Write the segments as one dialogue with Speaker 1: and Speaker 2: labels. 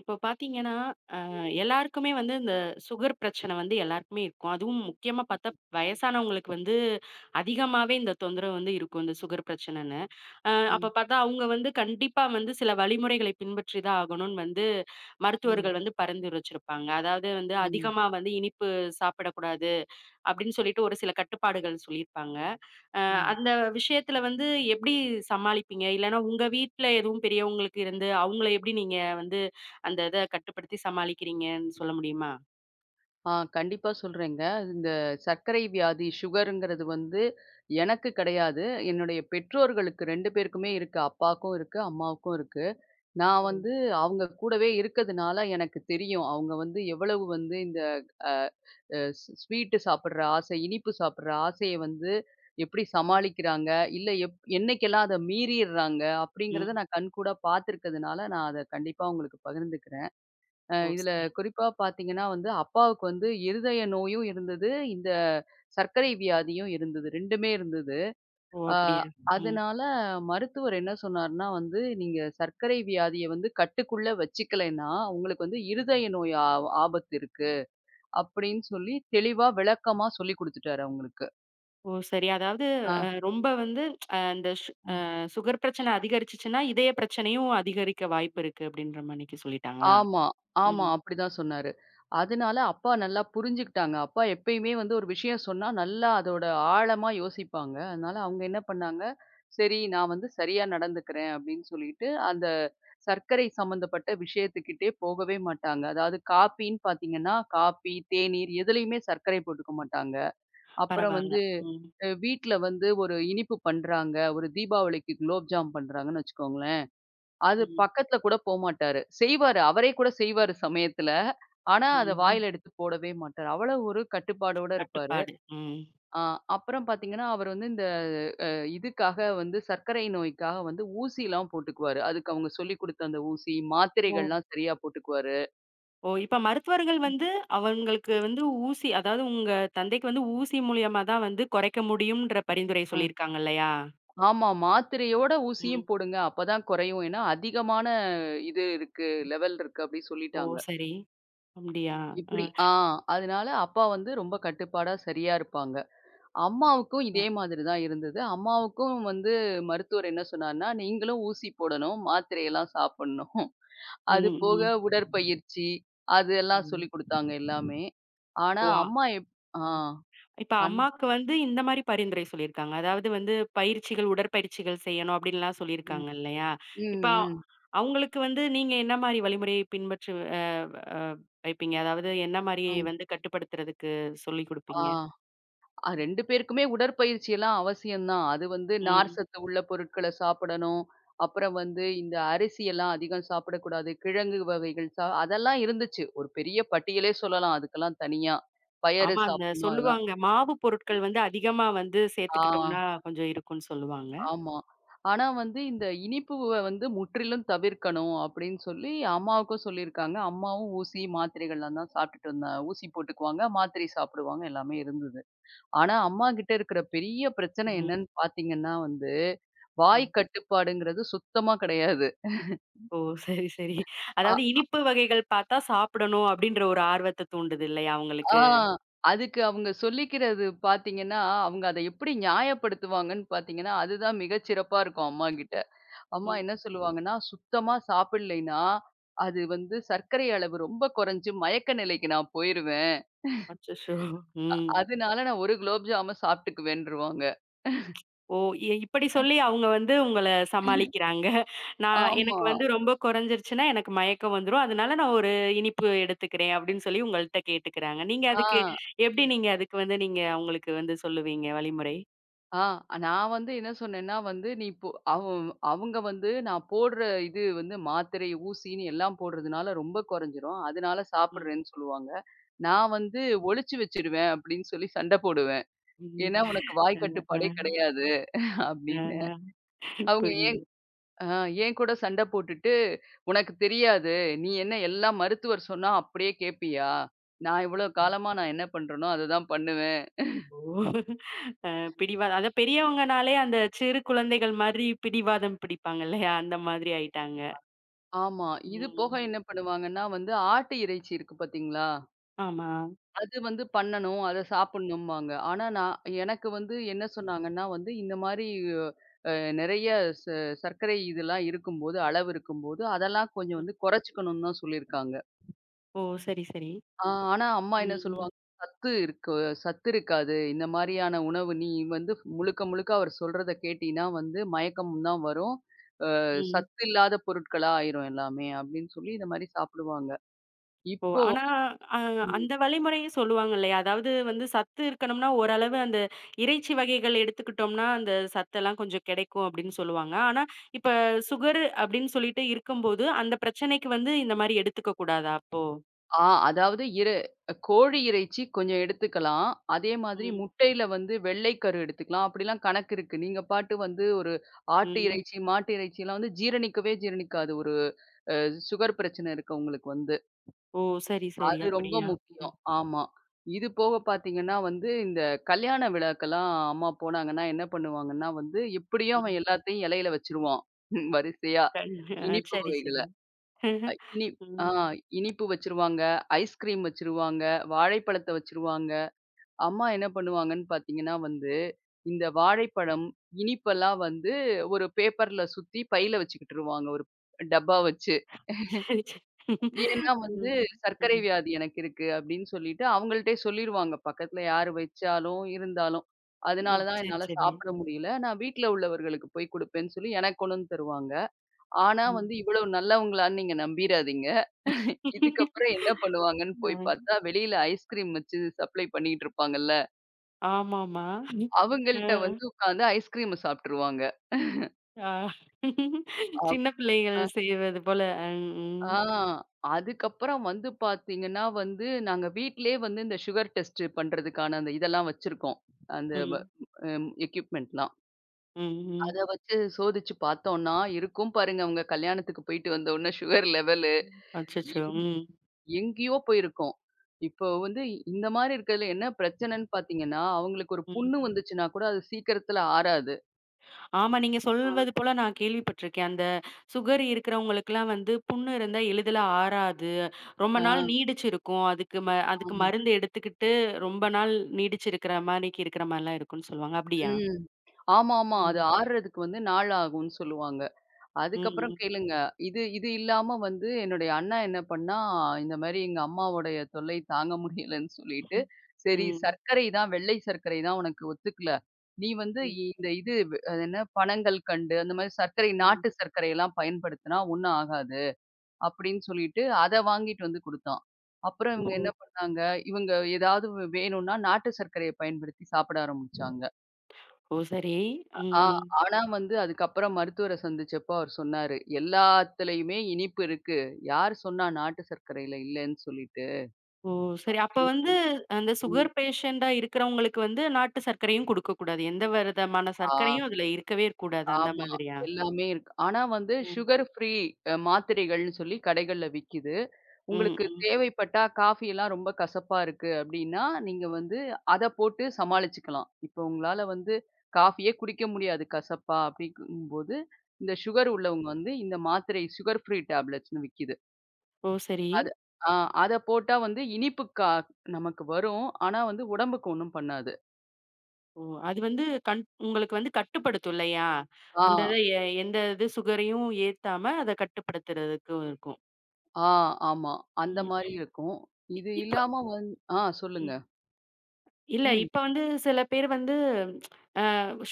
Speaker 1: இப்போ பார்த்தீங்கன்னா, அ எல்லாருக்குமே வந்து இந்த சுகர் பிரச்சனை வந்து எல்லாருக்குமே இருக்கும். அதுவும் முக்கியமா பார்த்தா வயசானவங்களுக்கு வந்து அதிகமாவே இந்த தொந்தரவு வந்து இருக்கும். இந்த சுகர் பிரச்சனைன்னு. அப்ப
Speaker 2: ம்.
Speaker 1: பார்த்தா அவங்க வந்து கண்டிப்பா வந்து சில வழிமுறைகளை பின்பற்றி தான் ஆகணும்னு வந்து
Speaker 2: ம்.
Speaker 1: மருத்துவர்கள் வந்து பரிந்துரைச்சிருப்பாங்க. அதாவது வந்து
Speaker 2: ம்.
Speaker 1: அதிகமா வந்து இனிப்பு சாப்பிடக்கூடாது அப்படின்னு சொல்லிட்டு ஒரு சில கட்டுப்பாடுகள் சொல்லியிருப்பாங்க. அ
Speaker 2: ம்.
Speaker 1: அந்த விஷயத்துல வந்து எப்படி சமாளிப்பீங்க? இல்லன்னா உங்க வீட்ல எதுவும் பெரியவங்களுக்கு இருந்து, அவங்கள எப்படி நீங்க வந்து அந்த இத கட்டுப்படுத்தி சமாளிக்கிறீங்கன்னு சொல்ல முடியுமா?
Speaker 2: கண்டிப்பா சொல்றேங்க. இந்த சர்க்கரை வியாதி, சுகர்ங்கிறது எனக்கு கிடையாது. என்னுடைய பெற்றோர்களுக்கு 2 பேருக்குமே இருக்கு. அப்பாவுக்கும் இருக்கு, அம்மாவுக்கும் இருக்கு. நான்
Speaker 1: ஓ!
Speaker 2: அவங்க கூடவே இருக்கதுனால எனக்கு தெரியும். அவங்க எவ்வளவு இந்த அ அ ஸ் ஸ்வீட்டு சாப்பிடுற ஆசை, இனிப்பு சாப்பிடுற ஆசைய எப்படி சமாளிக்கிறாங்க, இல்ல என்னைக்கெல்லாம் அத மீறிர்றாங்க அப்படிங்கிறத
Speaker 1: ம்.
Speaker 2: நான் கண்கூடா பார்த்துருக்கிறதுனால, நான் அத கண்டிப்பா உங்களுக்கு பகிர்ந்துக்கிறேன்.
Speaker 1: ஓ!
Speaker 2: இதுல
Speaker 1: சரி.
Speaker 2: குறிப்பா பார்த்தீங்கன்னா, அப்பாவுக்கு இருதய நோயும் இருந்தது. இந்த சர்க்கரை வியாதியும் இருந்தது. 2மே இருந்தது.
Speaker 1: ஓ!
Speaker 2: அ
Speaker 1: அப்படியா? ம்.
Speaker 2: அதனால மருத்துவர் என்ன சொன்னாருன்னா, "நீங்க சர்க்கரை வியாதிய கட்டுக்குள்ள வச்சுக்கலைன்னா, உங்களுக்கு இருதய நோய் ஆபத்து இருக்கு." அப்படின்னு சொல்லி தெளிவா விளக்கமா சொல்லிக் குடுத்துட்டாரு அவங்களுக்கு.
Speaker 1: ஓ! சரி. அதாவது
Speaker 2: ஆ.
Speaker 1: ரொம்ப வந்து இந்த சு அ சுகர் பிரச்சனை அதிகரிச்சுச்சுன்னா, இதய பிரச்சனையும் அதிகரிக்க வாய்ப்பு இருக்கு அப்படின்ற மாணிக்கு சொல்லிட்டாங்களா?
Speaker 2: ஆமா, ஆமா.
Speaker 1: ம்.
Speaker 2: அப்படிதான் சொன்னாரு. அதனால அப்பா நல்லா புரிஞ்சுக்கிட்டாங்க. அப்பா எப்பயுமே ஒரு விஷயம் சொன்னா, நல்லா அதோட ஆழமா யோசிப்பாங்க. அதனால அவங்க என்ன பண்ணாங்க, சரி நான் சரியா நடந்துக்கிறேன் அப்படின்னு சொல்லிட்டு, அந்த சர்க்கரை சம்மந்தப்பட்ட விஷயத்துக்கிட்டே போகவே மாட்டாங்க. அதாவது காப்பின்னு பார்த்தீங்கன்னா, காப்பி, தேநீர் எதுலயுமே சர்க்கரை போட்டுக்க மாட்டாங்க. அப்புறம்
Speaker 1: பரவால்ல.
Speaker 2: வந்து
Speaker 1: ம்.
Speaker 2: அ வீட்ல ஒரு இனிப்பு பண்றாங்க, ஒரு தீபாவளிக்கு குலோப் ஜாம் பண்றாங்கன்னு வச்சுக்கோங்களேன். அது
Speaker 1: ம்.
Speaker 2: பக்கத்துல கூட போமாட்டாரு. செய்வாரு. அவரே கூட செய்வாரு சமயத்துல. ஆனா, அத
Speaker 1: ம். ம்.
Speaker 2: வாயில எடுத்து போடவே மாட்டாரு. அவ்வளவு ஒரு கட்டுப்பாடோட இருப்பாரு.
Speaker 1: கட்டுப்பாடு. ம்.
Speaker 2: ஆ அப்புறம் பார்த்தீங்கன்னா, அவர் இந்த இதுக்காக சர்க்கரை நோய்க்காக ஊசிலாம் போட்டுக்குவாரு. அதுக்கு அவங்க சொல்லிக் குடுத்த அந்த ஊசி,
Speaker 1: ஓ!
Speaker 2: மாத்திரைகள்லாம் சரியா போட்டுக்குவாரு.
Speaker 1: ஓ! இப்ப மருத்துவர்கள் வந்து அவங்களுக்கு வந்து ஊசி அதாவது உங்க தந்தைக்கு வந்து ஊசி மூலியமா தான் வந்து குறைக்க முடியும்ன்ற பரிந்துரை
Speaker 2: அ
Speaker 1: சொல்லியிருக்காங்க இல்லையா?
Speaker 2: ஆமா. மாத்திரையோட ஊசியும்
Speaker 1: ம்.
Speaker 2: போடுங்க. அப்பதான் குறையும். ஏன்னா, அதிகமான இது இருக்கு, லெவல் இருக்கு அப்டி
Speaker 1: ஓ!
Speaker 2: சொல்லிட்டாங்க.
Speaker 1: சரி. அப்படியா? அ,
Speaker 2: இப்டி ஆ அதனால அப்பா ரொம்ப கட்டுப்பாடா சரியா இருப்பாங்க. அம்மாவுக்கும்
Speaker 1: அ.
Speaker 2: இதே மாதிரி தான் இருந்தது. அம்மாவுக்கும் மருத்துவர் என்ன சொன்னார்ன்னா, நீங்களும் ஊசி போடணும், மாத்திரையெல்லாம் சாப்பிடணும். அது
Speaker 1: ம்,
Speaker 2: போக
Speaker 1: ம்.
Speaker 2: உடற்பயிற்சி, அது எல்லாம்
Speaker 1: ம்.
Speaker 2: சொல்லிக் குடுத்தாங்க எல்லாமே. ஆனா
Speaker 1: ஓ!
Speaker 2: அம்மா எப் ஆ.
Speaker 1: ம். இப்ப
Speaker 2: அன்
Speaker 1: அம்மாக்கு வந்து இந்த மாரி பரிந்துரை சொல்லியிருக்காங்க. அதாவது வந்து பயிற்சிகள், உடற்பயிற்சிகள் செய்யணும் அப்படின்லாம்
Speaker 2: ம்.
Speaker 1: சொல்லியிருக்காங்க இல்லையா? இப்ப
Speaker 2: ம், ம்.
Speaker 1: அவங்களுக்கு வந்து நீங்க என்ன மாரி வழிமுறையை பின்பற்றி அ, அ வைப்பீங்க? அதாவது என்ன மாரி
Speaker 2: ம்.
Speaker 1: வந்து கட்டுப்படுத்துறதுக்கு சொல்லிக்
Speaker 2: ஆ.
Speaker 1: குடுப்பீங்க?
Speaker 2: அ 2 பேருக்குமே உடற்பயிற்சி எல்லாம் அவசியம் தான். அது
Speaker 1: ம்.
Speaker 2: நார்ச்சத்து உள்ள பொருட்கள சாப்பிடணும். அப்புறம் இந்த அரிசி எல்லாம் அதிகம் சாப்பிடக்கூடாது. கிழங்கு வகைகள் அதெல்லாம் இருந்துச்சு. ஒரு பெரிய பட்டியலே சொல்லலாம். அதுக்கெல்லாம் தனியா. பயறு
Speaker 1: ஆமா. அந்த
Speaker 2: சாப்பிடணும் அதெல்லாம்.
Speaker 1: சொல்லுவாங்க. மாவு பொருட்கள் வந்து அதிகமா வந்து
Speaker 2: ஆ
Speaker 1: சேர்த்துக்கிட்டோம்னா, கொஞ்சம் இருக்கும்னு சொல்லுவாங்க.
Speaker 2: ஆமா. ஆனா இந்த இனிப்புவ முற்றிலும் தவிர்க்கணும் அப்படின்னு சொல்லி அம்மாவுக்கும் சொல்லியிருக்காங்க. அம்மாவும் ஊசி, மாத்திரைகள்லாம் தான் சாப்பிட்டுட்டு இருந்தா ஊசி போட்டுக்குவாங்க. மாத்திரை சாப்பிடுவாங்க. எல்லாமே இருந்தது. ஆனா, அம்மா கிட்ட இருக்கிற பெரிய பிரச்சனை
Speaker 1: ம்,
Speaker 2: என்னன்னு பார்த்தீங்கன்னா, வாய்
Speaker 1: ம்.
Speaker 2: கட்டுப்பாடுங்கிறது சுத்தமா கிடையாது.
Speaker 1: ஓ! சரி, சரி. அதாவது
Speaker 2: அ
Speaker 1: இனிப்பு வகைகள் பார்த்தா சாப்பிடணும் அப்படின்ற ஒரு ஆர்வத்த தூண்டுது இல்லையா
Speaker 2: ஆ
Speaker 1: உங்களுக்கு?
Speaker 2: அதுக்கு அவங்க சொல்லிக்கிறது பார்த்தீங்கன்னா, அவங்க அத எப்படி நியாயப்படுத்துவாங்கன்னு பார்த்தீங்கன்னா, அதுதான் மிகச்சிறப்பா இருக்கும் அம்மாகிட்ட. அம்மா
Speaker 1: ம்.
Speaker 2: என்ன சொல்லுவாங்கன்னா, "சுத்தமா சாப்பிடலைன்னா, அது சர்க்கரை அளவு ரொம்ப குறைஞ்சு மயக்க நிலைக்கு நான் போயிருவேன்.
Speaker 1: அச்சச்சோ! ம்.
Speaker 2: அதனால நான் 1 குலோப் ஜாம சாப்பிட்டுக்குவேன்ருவாங்க."
Speaker 1: ஓ! இப்படி சொல்லி அவங்க வந்து உங்கள சமாளிக்கிறாங்க. நான்
Speaker 2: ஆமா.
Speaker 1: எனக்கு வந்து ரொம்ப குறைஞ்சிருச்சுன்னா, எனக்கு மயக்கம் வந்துரும். அதனால நான் ஒரு இனிப்பு எடுத்துக்கிறேன் அப்படின்னு சொல்லி உங்கள்ட்ட கேட்டுக்கிறாங்க. நீங்க
Speaker 2: ஆ.
Speaker 1: அதுக்கு எப்படி நீங்க அதுக்கு வந்து நீங்க அவங்களுக்கு வந்து சொல்லுவீங்க வழிமுறை?
Speaker 2: ஆ நான் என்ன சொன்னேன்னா, நீ இப்போ அவங்க நான் போடுற இது மாத்திரை, ஊசின்னு எல்லாம் போடுறதுனால ரொம்ப குறைஞ்சிரும். அதனால
Speaker 1: ம்.
Speaker 2: சாப்பிடுறேன்னு சொல்லுவாங்க. நான் ஒளிச்சு வச்சுருவேன் அப்படின்னு சொல்லி சண்டை போடுவேன்.
Speaker 1: ம்.
Speaker 2: ஏன்னா உனக்கு
Speaker 1: அ,
Speaker 2: வாய்
Speaker 1: அ.
Speaker 2: கட்டுப்பாடே கிடையாது அப்படின்னேன்.
Speaker 1: ஆஹா.
Speaker 2: அவங்க ஏன்
Speaker 1: புரியுது.
Speaker 2: ஆ என் கூட சண்டை போட்டுட்டு, "உனக்கு தெரியாது. நீ என்ன எல்லா மருத்துவர் சொன்னா அப்படியே கேட்பியா? நான் இவ்வளோ காலமா என்ன பண்றேனோ, அததான் பண்ணுவேன்."
Speaker 1: ஓ! அ பிடிவாதம் அதான் பெரியவங்கனாலே அந்த சிறு குழந்தைகள் மாதிரி பிடிவாதம் பிடிப்பாங்க இல்லையா? அந்த மாதிரி ஆயிட்டாங்க.
Speaker 2: ஆமா. இது
Speaker 1: ம்.
Speaker 2: போக என்ன பண்ணுவாங்கன்னா, ஆட்டு இறைச்சி இருக்கு பார்த்தீங்களா?
Speaker 1: ஆமா.
Speaker 2: அது பண்ணணும். அத சாப்பிடணும்பாங்க. ஆனா, எனக்கு என்ன சொன்னாங்கன்னா, இந்த மாரி அ நெறைய ச சர்க்கரை இதெல்லாம் இருக்கும்போது, அளவு இருக்கும்போது, அதெல்லாம் கொஞ்சம் குறைச்சுக்கணும்னு தான் சொல்லியிருக்காங்க.
Speaker 1: ஓ! சரி, சரி.
Speaker 2: ஆ ஆனா அம்மா என்ன
Speaker 1: ம்,
Speaker 2: சொல்லுவாங்க, "சத்து இருக்கு, சத்து இருக்காது. இந்த மாரியான உணவு நீ வந்து முழுக்க முழுக்க அவர் சொல்றத கேட்டீன்னா மயக்கம் தான் வரும்.
Speaker 1: ம்.
Speaker 2: சத்து இல்லாத பொருட்களா ஆயிரும் எல்லாமே." அப்படின்னு சொல்லி இந்த மாரி சாப்பிடுவாங்க.
Speaker 1: ஓ!
Speaker 2: இப்போ
Speaker 1: ஆனா அ அந்த வழிமுறையும் சொல்லுவாங்க இல்லையா? அதாவது வந்து சத்து இருக்கணும்னா ஓரளவு அந்த இறைச்சி வகைகள் எடுத்துக்கிட்டோம்னா, அந்த சத்தெல்லாம் கொஞ்சம் கிடைக்கும் அப்படின்னு சொல்லுவாங்க. ஆனா இப்ப சுகர் அப்படின்னு சொல்லிட்டு இருக்கும்போது, அந்த பிரச்சனைக்கு வந்து இந்த மாரி எடுத்துக்க கூடாதா அப்போ?
Speaker 2: அதாவது கோழி இறைச்சி கொஞ்சம் எடுத்துக்கலாம். அதே மாதிரி
Speaker 1: ம்,
Speaker 2: முட்டையில வெள்ளைக்கரு எடுத்துக்கலாம். அப்படிலாம் கணக்கு இருக்கு. நீங்க பாட்டு ஒரு ஆட்டு
Speaker 1: ம்.
Speaker 2: இறைச்சி, மாட்டு இறைச்சிலாம் ஜீரணிக்கவே ஜீரணிக்காது. ஒரு அ சுகர் பிரச்சனை இருக்கவங்களுக்கு வந்து.
Speaker 1: ஓ! சரி, சரி.
Speaker 2: அது ரொம்ப
Speaker 1: அப்படியா? ம்,
Speaker 2: முக்கியம். ஆமா. இது போக
Speaker 1: ம்,
Speaker 2: பார்த்தீங்கன்னா, இந்த கல்யாண விழாக்கெல்லாம் அம்மா போனாங்கன்னா என்ன பண்ணுவாங்கன்னா, எப்படியும்
Speaker 1: ம்.
Speaker 2: அவன் எல்லாத்தையும் இலையில வச்சுருவான். வரிசையா.
Speaker 1: கண் அ
Speaker 2: இனிப்பு
Speaker 1: சரி,
Speaker 2: வகைகள.
Speaker 1: சரி.
Speaker 2: அ இனி ஆ
Speaker 1: ம்.
Speaker 2: இனிப்பு வச்சுருவாங்க, ஐஸ்கிரீம் வச்சுருவாங்க, வாழைப்பழத்த வச்சுருவாங்க. அம்மா என்ன பண்ணுவாங்கன்னு பார்த்தீங்கன்னா, இந்த வாழைப்பழம், இனிப்பெல்லாம் ஒரு பேப்பர்ல சுத்தி பையில வச்சுக்கிட்டுருவாங்க ஒரு டப்பா வச்சு.
Speaker 1: சரி, சரி.
Speaker 2: ஏன்னா
Speaker 1: ம்,
Speaker 2: சர்க்கரை
Speaker 1: ம்.
Speaker 2: வியாதி எனக்கு இருக்கு அப்படின்னு சொல்லிட்டு அவங்கள்ட்டயே சொல்லிருவாங்க. பக்கத்துல யார் வச்சாலும், இருந்தாலும்.
Speaker 1: ஓ!
Speaker 2: அதனால தான்
Speaker 1: சரி,
Speaker 2: என்னால
Speaker 1: சரி.
Speaker 2: சாப்பிட முடியல. நான் வீட்ல உள்ளவர்களுக்கு போய் குடுப்பேன்னு சொல்லி எனக்கு கொண்டு வந்து தருவாங்க. ஆனா
Speaker 1: ம்.
Speaker 2: இவ்வளவு நல்லவங்களான்னு நீங்க நம்பிராதீங்க. இதுக்கப்புறம் என்ன பண்ணுவாங்கன்னு
Speaker 1: அ.
Speaker 2: போய் பார்த்தா, வெளியில ஐஸ்கிரீம் வச்சு சப்ளை பண்ணிட்டு இருப்பாங்கல்ல.
Speaker 1: ஆமாமா. அ,
Speaker 2: அவங்கள்ட்ட உட்கார்ந்து ஐஸ்கிரீம சாப்பிட்டுருவாங்க.
Speaker 1: ஆ. ஆ.
Speaker 2: அப்
Speaker 1: சின்ன பிள்ளைகள்
Speaker 2: அ
Speaker 1: செய்வது போல. ம்,
Speaker 2: ஆ அதுக்கப்புறம் பார்த்தீங்கன்னா, நாங்க வீட்டிலேயே இந்த சுகர் டெஸ்ட் பண்றதுக்கான அந்த இதெல்லாம் வச்சிருக்கோம். அந்த வ
Speaker 1: ம்,
Speaker 2: ம் எக்யூப்மெண்ட்லாம்.
Speaker 1: ம், ம்.
Speaker 2: அத வச்சு சோதிச்சு பார்த்தோம்னா, இருக்கும் பாருங்க அவங்க கல்யாணத்துக்கு போயிட்டு வந்த உடனே சுகர் லெவலு.
Speaker 1: அச்சச்சோ! ம்,
Speaker 2: எங்கேயோ போயிருக்கும். இப்போ இந்த மாரி இருக்கிறதுல என்ன பிரச்சனைன்னு பார்த்தீங்கன்னா, அவங்களுக்கு ஒரு
Speaker 1: ம்.
Speaker 2: புண்ணு வந்துச்சுன்னா கூட அது சீக்கிரத்துல ஆறாது.
Speaker 1: ஆமா. நீங்க
Speaker 2: ஆ,
Speaker 1: சொல்வது போல நான் கேள்விப்பட்டிருக்கேன். அந்த சுகர் இருக்கிறவங்களுக்கெல்லாம் வந்து புண்ணு இருந்தா எளிதில ஆறாது. ரொம்ப
Speaker 2: ஆ,
Speaker 1: நாள் நீடிச்சிருக்கும். அதுக்கு மருந்து எடுத்துக்கிட்டு ரொம்ப நாள் நீடிச்சிருக்கிற மாரிக்கு இருக்கிற மாரிலாம் இருக்கும்னு சொல்லுவாங்க. அப்படியா?
Speaker 2: ம். ஆமாமா. அது
Speaker 1: ம்.
Speaker 2: ஆறுறதுக்கு நாள் ஆகும்னு சொல்லுவாங்க. அதுக்கப்புறம்
Speaker 1: ம்.
Speaker 2: கேளுங்க. இது இது இல்லாம என்னுடைய அண்ணா என்ன பண்ணா, இந்த மாரி எங்க அம்மாவோடைய தொல்லை தாங்க முடியலன்னு சொல்லிட்டு,
Speaker 1: ம்.
Speaker 2: சரி
Speaker 1: ம்.
Speaker 2: சர்க்கரை தான் வெள்ளை சர்க்கரை தான் உனக்கு ஒத்துக்கல. நீ
Speaker 1: ம்.
Speaker 2: இந்த இது அது என்ன பனங்கல்கண்டு அந்த மாரி சர்க்கரை
Speaker 1: ம்.
Speaker 2: நாட்டு சர்க்கரையெல்லாம் பயன்படுத்தினா ஒண்ணும் ஆகாது. அப்படின்னு சொல்லிட்டு, அத வாங்கிட்டு வந்து குடுத்தான். அப்புறம்
Speaker 1: ஓ!
Speaker 2: இவங்க என்ன பண்ணாங்க, இவங்க ஏதாவது வேணும்னா நாட்டு சர்க்கரைய பயன்படுத்தி சாப்பிட ஆரம்பிச்சாங்க.
Speaker 1: ஓ! சரி. ம்.
Speaker 2: ஆ
Speaker 1: ம்.
Speaker 2: ஆனா அதுக்கப்புறம் மருத்துவர சந்திச்சப்போ அவர் சொன்னாரு, "எல்லாத்துலயுமே இனிப்பு இருக்கு. யார் சொன்னா நாட்டு சர்க்கரையில இல்லன்னு சொல்லிட்டு?"
Speaker 1: ஓ! சரி. அப்ப
Speaker 2: அப்படின்னு
Speaker 1: வந்து
Speaker 2: சொல்லி
Speaker 1: அந்த
Speaker 2: ம்.
Speaker 1: சுகர் பேஷண்டா இருக்கிறவங்களுக்கு வந்து நாட்டு சர்க்கரையும் குடுக்கக்கூடாது. எந்த விதமான
Speaker 2: ஆ.
Speaker 1: சர்க்கரையும் அதுல இருக்கவே கூடாது. அந்த
Speaker 2: ஆமா.
Speaker 1: மாதிரியா?
Speaker 2: எல்லாமே இருக்கு. ஆனா
Speaker 1: ம்.
Speaker 2: சுகர் ஃப்ரீ மாத்திரைகள்னு சொல்லி கடைகள்ல விக்கிது.
Speaker 1: ம்.
Speaker 2: உங்களுக்கு
Speaker 1: ம்.
Speaker 2: தேவைப்பட்டா காஃபிலாம் ரொம்ப கசப்பா இருக்கு அப்டின்னா, நீங்க அத போட்டு சமாளிச்சுக்கலாம். இப்போ உங்களால காஃபியே குடிக்க முடியாது கசப்பா அப்டிங்கும்போது, இந்த சுகர் உள்ளவங்க இந்த மாத்திரை சுகர் ஃப்ரீ டேப்லெட்ஸ்ன்னு விக்கிது.
Speaker 1: ஓ! சரி.
Speaker 2: அது ஆ அத போட்டா இனிப்பு நமக்கு வரும். ஆனா உடம்புக்கு ஒண்ணும் பண்ணாது.
Speaker 1: ஓ! அது வந்து உங்களுக்கு வந்து கட்டுப்படுத்தும் இல்லையா? அந்த இத
Speaker 2: ஆ,
Speaker 1: எந்த இது சுகரையும் ஏத்தாம அத கட்டுப்படுத்துறதுக்கும் இருக்கும்.
Speaker 2: ஆ, ஆமா. அந்த
Speaker 1: ம்.
Speaker 2: மாரி இருக்கும். இது
Speaker 1: இப்ப
Speaker 2: இல்லாம வந் ஆ சொல்லுங்க.
Speaker 1: ம். இல்ல
Speaker 2: ம்.
Speaker 1: இப்ப வந்து சில பேர் வந்து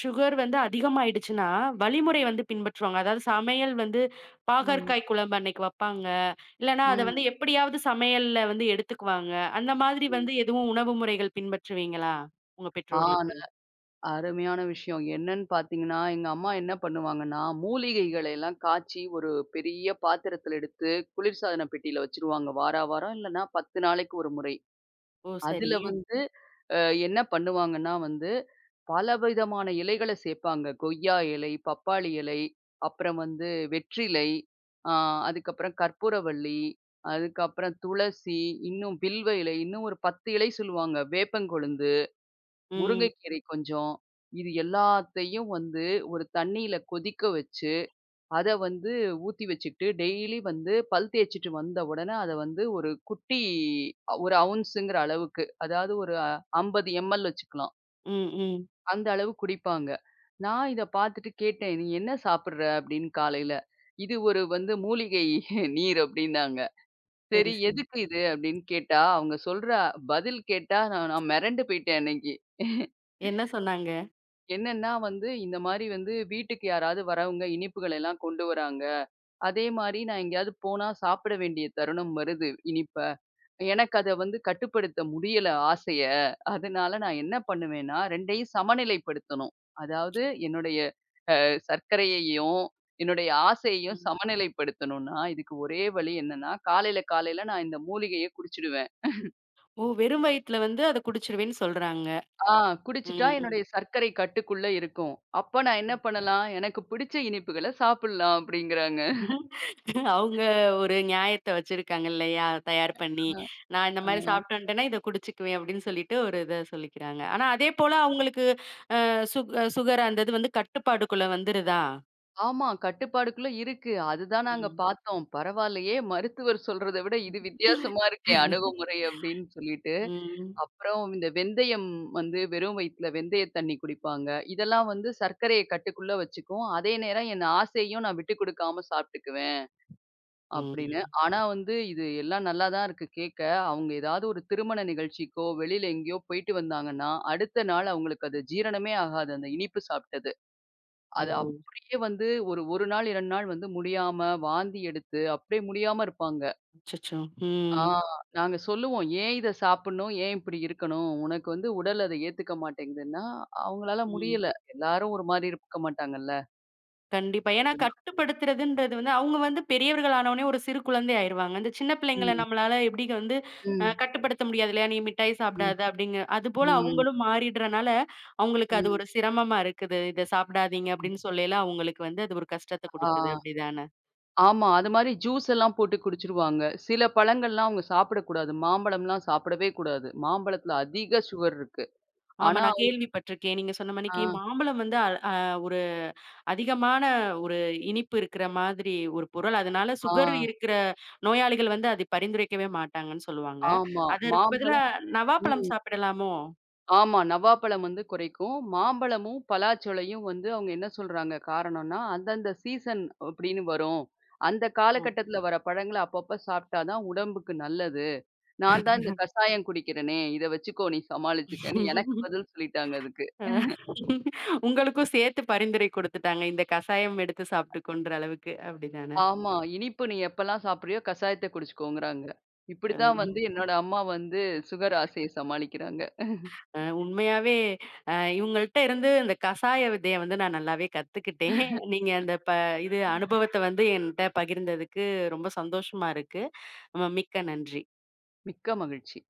Speaker 1: சுகர் வந்து அதிகமாயிடுச்சுன்னா, வழிமுறை வந்து பின்பற்றுவாங்க. அதாவது சமையல் வந்து
Speaker 2: ம்.
Speaker 1: பாகற்காய் குழம்பு அன்னைக்கு வப்பாங்க. இல்லன்னா அத வந்து
Speaker 2: ம்.
Speaker 1: எப்படியாவது சமையல்ல வந்து எடுத்துக்குவாங்க. அந்த மாதிரி
Speaker 2: ம்.
Speaker 1: வந்து எதுவும் உணவு முறைகள் பின்பற்றுவீங்களா? உங்க
Speaker 2: ஆ
Speaker 1: பெற்றோர்களுக்கு?
Speaker 2: ந- அருமையான விஷயம். என்னன்னு பார்த்தீங்கன்னா, எங்க அம்மா என்ன பண்ணுவாங்கன்னா, மூலிகைகளை எல்லாம் காய்ச்சி ஒரு பெரிய பாத்திரத்தில எடுத்து குளிர்சாதன பெட்டியில வச்சுருவாங்க. வாரா வாரம் இல்லன்னா 10 நாளைக்கு ஒரு முறை.
Speaker 1: ஓ! சரி.
Speaker 2: அதுல வந்து அ என்ன பண்ணுவாங்கன்னா, பலவிதமான இலைகள சேர்ப்பாங்க. கொய்யா இலை, பப்பாளி இலை, அப்புறம் வெற்றிலை, ஆ அதுக்கப்புறம் கற்பூரவள்ளி, அதுக்கப்புறம் துளசி, இன்னும் வில்வ இலை, இன்னும் ஒரு 10 இலை சொல்லுவாங்க. வேப்பங்கொழுந்து.
Speaker 1: ம்.
Speaker 2: முருங்கைக்கீரை கொஞ்சம். இது எல்லாத்தையும் ஒரு தண்ணீல கொதிக்க வச்சு, அத ஊத்தி வச்சுக்கிட்டு, டெய்லி பல் தேய்ச்சுட்டு வந்த உடனே அத ஒரு குட்டி 1 அவுன்ஸுங்கிற அளவுக்கு, அதாவது ஒரு 50 எம்எல் வச்சுக்கலாம்.
Speaker 1: ம், ம்.
Speaker 2: அந்த அளவு குடிப்பாங்க. நான் இத பார்த்துட்டு கேட்டேன், "நீ என்ன சாப்பிடுற?" அப்படின்னு காலையில. "இது ஒரு மூலிகை நீர்" அப்படின்னாங்க.
Speaker 1: சரி,
Speaker 2: சரி
Speaker 1: சரி.
Speaker 2: எதுக்கு இது அப்படின்னு கேட்டா, அவங்க சொல்ற பதில் கேட்டா நான் நான் மிரண்டு போயிட்டேன் அன்னைக்கு.
Speaker 1: என்ன சொன்னாங்க?
Speaker 2: என்னன்னா, இந்த மாரி வீட்டுக்கு யாராவது வரவங்க இனிப்புகள் எல்லாம் கொண்டு வராங்க. அதே மாரி நான் எங்கேயாவது போனா சாப்பிட வேண்டிய தருணம் வருது, இனிப்ப. எனக்கு அத கட்டுப்படுத்த முடியல ஆசைய. அதனால நான் என்ன பண்ணுவேன்னா, 2யும் சமநிலைப்படுத்தணும். அதாவது என்னுடைய சர்க்கரையையும், என்னுடைய ஆசையையும்
Speaker 1: ம்.
Speaker 2: சமநிலைப்படுத்தணும்னா, இதுக்கு ஒரே வழி என்னன்னா, காலையில காலையில நான் இந்த மூலிகைய குடிச்சிடுவேன்.
Speaker 1: ஓ! வெறும் வயித்துல வந்து அத குடிச்சுருவேன்னு சொல்றாங்க.
Speaker 2: ஆ குடிச்சுட்டா
Speaker 1: ம், ம்.
Speaker 2: என்னுடைய சர்க்கரை கட்டுக்குள்ள இருக்கும். அப்ப நான் என்ன பண்ணலாம்? எனக்கு பிடிச்ச இனிப்புகள சாப்பிடலாம் அப்படிங்கிறாங்க.
Speaker 1: அவங்க ஒரு நியாயத்த வச்சிருக்காங்க இல்லையா? தயார் பண்ணி, நான் இந்த
Speaker 2: ஆ.
Speaker 1: மாரி சாப்பிட்டு வந்துட்டேன்னா, இத குடிச்சுக்குவேன் அப்படின்னு சொல்லிட்டு ஒரு இத சொல்லிக்கிறாங்க. ஆனா அதே போல அவங்களுக்கு அ சுக் சுகர் அந்த இது வந்து கட்டுப்பாடுக்குள்ள வந்துருதா?
Speaker 2: ஆமா கட்டுப்பாடுக்குள்ள இருக்கு. அதுதான் நாங்க
Speaker 1: ம்.
Speaker 2: பார்த்தோம். பரவாயில்லையே மருத்துவர் சொல்றத விட இது வித்தியாசமா இருக்கே அணுகுமுறை அப்படின்னு சொல்லிட்டு.
Speaker 1: ம்.
Speaker 2: அப்புறம் இந்த வெந்தயம் வெறும் வயித்துல வெந்தய தண்ணி குடிப்பாங்க. இதெல்லாம் சர்க்கரைய கட்டுக்குள்ள வச்சுக்கும். அதே நேரம் என் ஆசையும் நான் விட்டு குடுக்காம சாப்பிட்டுக்குவேன். அப்படின்னு.
Speaker 1: ம்.
Speaker 2: ஆனா இது எல்லாம் நல்லா தான் இருக்கு கேட்க. அவங்க ஏதாவது ஒரு திருமண நிகழ்ச்சிக்கோ, வெளியில எங்கேயோ போயிட்டு வந்தாங்கன்னா, அடுத்த நாள் அவங்களுக்கு அது ஜீரணமே ஆகாது அந்த இனிப்பு சாப்பிட்டது.
Speaker 1: ஓ!
Speaker 2: அது அப்படியே ஒரு 1 நாள் 2 நாள் முடியாம, வாந்தி எடுத்து அப்படியே முடியாம இருப்பாங்க.
Speaker 1: அச்சச்சோ!
Speaker 2: ஆ
Speaker 1: ம்.
Speaker 2: நாங்க சொல்லுவோம், "ஏன் இத சாப்பிடணும்? ஏன் இப்படி இருக்கணும்? உனக்கு உடல் அத ஏத்துக்க மாட்டேங்குதுன்னா" அவங்களால
Speaker 1: ம்.
Speaker 2: முடியல. எல்லாரும் ஒரு மாரி இருக்க மாட்டாங்கல்ல.
Speaker 1: கண்டிப்பா. ஏன்னா
Speaker 2: அதுதான்.
Speaker 1: கட்டுப்படுத்துறதுன்றது வந்து அவங்க வந்து பெரியவர்கள் ஆனவுனே ஒரு சிறு குழந்தை ஆயிருவாங்க. இந்த சின்ன பிள்ளைங்கள
Speaker 2: ம்,
Speaker 1: நம்மளால எப்படி வந்து
Speaker 2: ம்,
Speaker 1: கட்டுப்படுத்த முடியாது இல்லையா? "நீ மிட்டாய்
Speaker 2: ம்,
Speaker 1: சாப்பிடாத" அப்படிங்க. அதுபோல
Speaker 2: ம்,
Speaker 1: அவங்களும் மாறிடுறனால, அவங்களுக்கு அது
Speaker 2: ம்,
Speaker 1: ஒரு சிரமமா இருக்குது. "இத சாப்பிடாதீங்க"
Speaker 2: ம்.
Speaker 1: அப்படின்னு சொல்லையில அவங்களுக்கு வந்து அது ஒரு கஷ்டத்த
Speaker 2: ஆ.
Speaker 1: குடுக்குது. அப்படிதானே?
Speaker 2: ஆமா. அது மாரி ஜூஸ் எல்லாம் போட்டு குடிச்சுருவாங்க. சில பழங்கள்லாம் அவங்க சாப்பிடக்கூடாது. மாம்பழம்லாம் சாப்பிடவே கூடாது. மாம்பழத்துல அதிக சுகர் இருக்கு.
Speaker 1: ஆமா,
Speaker 2: ஆனா
Speaker 1: நான்
Speaker 2: அவங்க-
Speaker 1: கேள்விப்பட்டுருக்கேன். நீங்க சொன்ன
Speaker 2: ஆ,
Speaker 1: மாணிக்கு மாம்பழம் வந்து அ அ அதிகமான ஒரு இனிப்பு இருக்கிற மாதிரி ஒரு பொருள். அதனால
Speaker 2: ஆ,
Speaker 1: சுகர் இருக்கிற நோயாளிகள் வந்து அதை பரிந்துரைக்கவே மாட்டாங்கன்னு சொல்லுவாங்க.
Speaker 2: ஆமா.
Speaker 1: அதற்கு பதிலா
Speaker 2: மாம்பழம்
Speaker 1: நவாப்பழம்
Speaker 2: ம்.
Speaker 1: சாப்பிடலாமோ?
Speaker 2: ஆமா. நவாப்பழம் குறைக்கும். மாம்பழமும், பலாச்சொளையும் அவங்க என்ன சொல்றாங்க காரணம்னா, அந்தந்த சீசன் அப்படின்னு வரும். அந்த
Speaker 1: ஓ!
Speaker 2: காலகட்டத்துல வர பழங்கள அப்பப்ப சாப்பிட்டா தான் உடம்புக்கு நல்லது. நான் தான் இந்த கசாயம் குடிக்கிறேனே, இத வச்சுக்கோ நீ சமாளிச்சுக்கன்னு எனக்கு பதில் சொல்லிட்டாங்க அதுக்கு.
Speaker 1: அ உங்களுக்கும் சேர்த்து பரிந்துரை குடுத்துட்டாங்க. இந்த கசாயம் எடுத்து சாப்பிட்டுக்கோன்ற அளவுக்கு அப்படிதானே?
Speaker 2: ஆமா. இனிப்பு நீ எப்பலாம் சாப்பிடுறியோ, கசாயத்த குடிச்சுக்கோங்கறாங்க.
Speaker 1: அ
Speaker 2: இப்படித்தான் என்னோட அம்மா சுகர் ஆசைய சமாளிக்கிறாங்க.
Speaker 1: அ உண்மையாவே இவங்கள்ட்ட இருந்து இந்த கசாய விதைய வந்து நான் நல்லாவே கத்துக்கிட்டேன். நீங்க அந்த இது அனுபவத்த வந்து என்ட்ட பகிர்ந்ததுக்கு ரொம்ப சந்தோஷமா இருக்கு. மிக்க நன்றி.
Speaker 2: மிக்க மகிழ்ச்சி.